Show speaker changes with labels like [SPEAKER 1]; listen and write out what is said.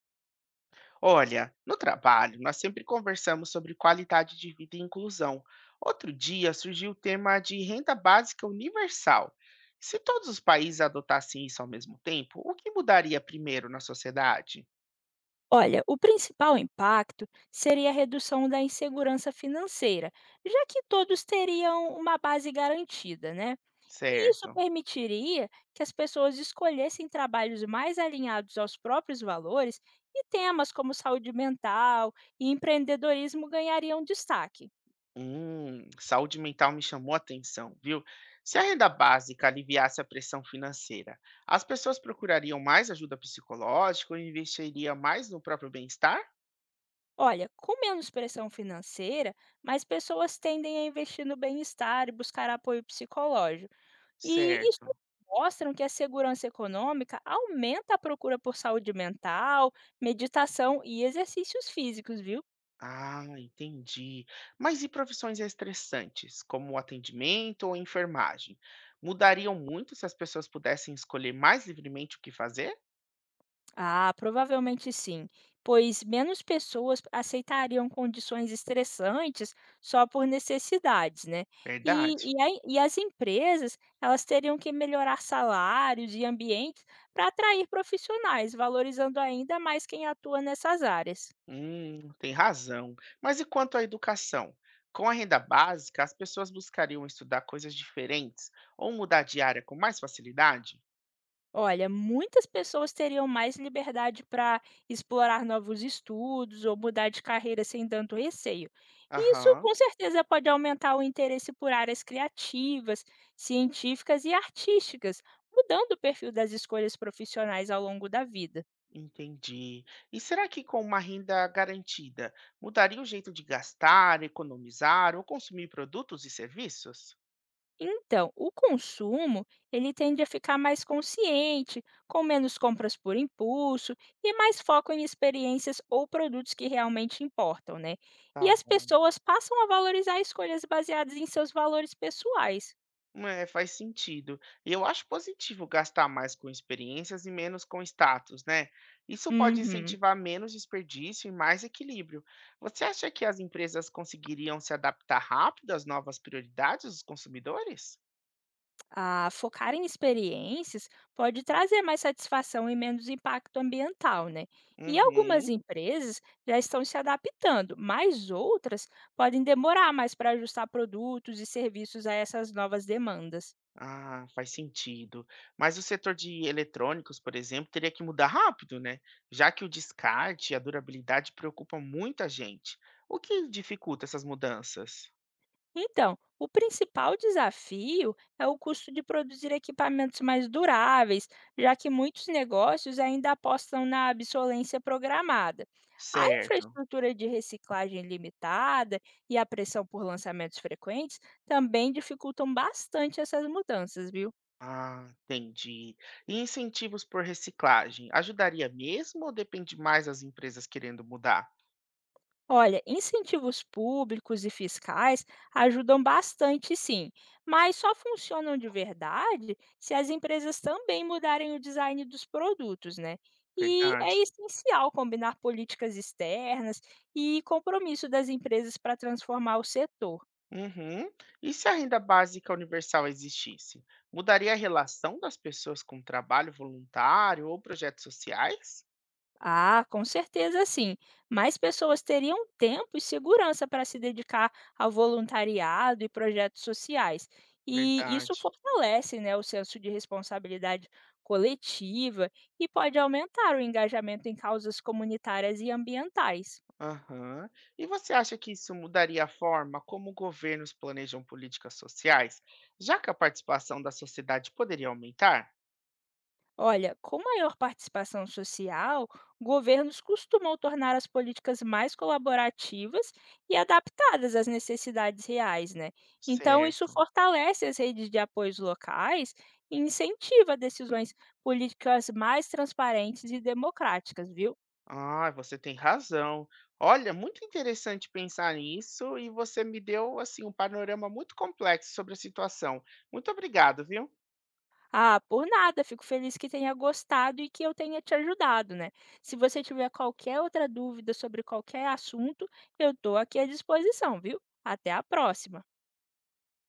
[SPEAKER 1] Olha, no trabalho, nós sempre conversamos sobre qualidade de vida e inclusão. Outro dia surgiu o tema de renda básica universal. Se todos os países adotassem isso ao mesmo tempo, o que mudaria primeiro na sociedade?
[SPEAKER 2] Olha, o principal impacto seria a redução da insegurança financeira, já que todos teriam uma base garantida, né? E isso
[SPEAKER 1] Certo.
[SPEAKER 2] permitiria que as pessoas escolhessem trabalhos mais alinhados aos próprios valores e temas como saúde mental e empreendedorismo ganhariam destaque.
[SPEAKER 1] Saúde mental me chamou a atenção, viu? Se a renda básica aliviasse a pressão financeira, as pessoas procurariam mais ajuda psicológica ou investiriam mais no próprio bem-estar?
[SPEAKER 2] Olha, com menos pressão financeira, mais pessoas tendem a investir no bem-estar e buscar apoio psicológico. E
[SPEAKER 1] Certo.
[SPEAKER 2] estudos mostram que a segurança econômica aumenta a procura por saúde mental, meditação e exercícios físicos, viu?
[SPEAKER 1] Ah, entendi. Mas e profissões estressantes, como o atendimento ou enfermagem? Mudariam muito se as pessoas pudessem escolher mais livremente o que fazer?
[SPEAKER 2] Ah, provavelmente sim, pois menos pessoas aceitariam condições estressantes só por necessidades, né? E,
[SPEAKER 1] Verdade?
[SPEAKER 2] e, aí- e as empresas, elas teriam que melhorar salários e ambientes para atrair profissionais, valorizando ainda mais quem atua nessas áreas.
[SPEAKER 1] Tem razão. Mas e quanto à educação? Com a renda básica, as pessoas buscariam estudar coisas diferentes ou mudar de área com mais facilidade?
[SPEAKER 2] Olha, muitas pessoas teriam mais liberdade para explorar novos estudos ou mudar de carreira sem tanto receio. E isso,
[SPEAKER 1] Aham,
[SPEAKER 2] com certeza, pode aumentar o interesse por áreas criativas, científicas e artísticas, mudando o perfil das escolhas profissionais ao longo da vida.
[SPEAKER 1] entendi. E será que com uma renda garantida, mudaria o jeito de gastar, economizar ou consumir produtos e serviços?
[SPEAKER 2] Então, o consumo, ele tende a ficar mais consciente, com menos compras por impulso e mais foco em experiências ou produtos que realmente importam, né?
[SPEAKER 1] Tá
[SPEAKER 2] E as
[SPEAKER 1] bom.
[SPEAKER 2] pessoas passam a valorizar escolhas baseadas em seus valores pessoais.
[SPEAKER 1] É, faz sentido. E eu acho positivo gastar mais com experiências e menos com status, né? Isso pode
[SPEAKER 2] Uhum.
[SPEAKER 1] incentivar menos desperdício e mais equilíbrio. Você acha que as empresas conseguiriam se adaptar rápido às novas prioridades dos consumidores?
[SPEAKER 2] Ah, focar em experiências pode trazer mais satisfação e menos impacto ambiental, né? E algumas
[SPEAKER 1] Uhum.
[SPEAKER 2] empresas já estão se adaptando, mas outras podem demorar mais para ajustar produtos e serviços a essas novas demandas.
[SPEAKER 1] Ah, faz sentido. Mas o setor de eletrônicos, por exemplo, teria que mudar rápido, né? Já que o descarte e a durabilidade preocupam muita gente. O que dificulta essas mudanças?
[SPEAKER 2] Então, o principal desafio é o custo de produzir equipamentos mais duráveis, já que muitos negócios ainda apostam na obsolescência programada. A
[SPEAKER 1] Certo.
[SPEAKER 2] infraestrutura de reciclagem limitada e a pressão por lançamentos frequentes também dificultam bastante essas mudanças, viu?
[SPEAKER 1] Ah, entendi. E incentivos por reciclagem, ajudaria mesmo ou depende mais das empresas querendo mudar?
[SPEAKER 2] Olha, incentivos públicos e fiscais ajudam bastante, sim, mas só funcionam de verdade se as empresas também mudarem o design dos produtos, né? E é
[SPEAKER 1] Verdade.
[SPEAKER 2] essencial combinar políticas externas e compromisso das empresas para transformar o setor.
[SPEAKER 1] Uhum. E se a renda básica universal existisse, mudaria a relação das pessoas com trabalho voluntário ou projetos sociais?
[SPEAKER 2] Ah, com certeza sim. Mais pessoas teriam tempo e segurança para se dedicar ao voluntariado e projetos sociais. E isso
[SPEAKER 1] Verdade.
[SPEAKER 2] fortalece, né, o senso de responsabilidade coletiva e pode aumentar o engajamento em causas comunitárias e ambientais.
[SPEAKER 1] Aham. E você acha que isso mudaria a forma como governos planejam políticas sociais, já que a participação da sociedade poderia aumentar?
[SPEAKER 2] Olha, com maior participação social, governos costumam tornar as políticas mais colaborativas e adaptadas às necessidades reais, né? Então, isso
[SPEAKER 1] Certo.
[SPEAKER 2] fortalece as redes de apoios locais e incentiva decisões políticas mais transparentes e democráticas, viu?
[SPEAKER 1] Ah, você tem razão. Olha, muito interessante pensar nisso e você me deu assim um panorama muito complexo sobre a situação. Muito obrigado, viu?
[SPEAKER 2] Ah, por nada, fico feliz que tenha gostado e que eu tenha te ajudado, né? Se você tiver qualquer outra dúvida sobre qualquer assunto, eu estou aqui à disposição, viu? Até a próxima!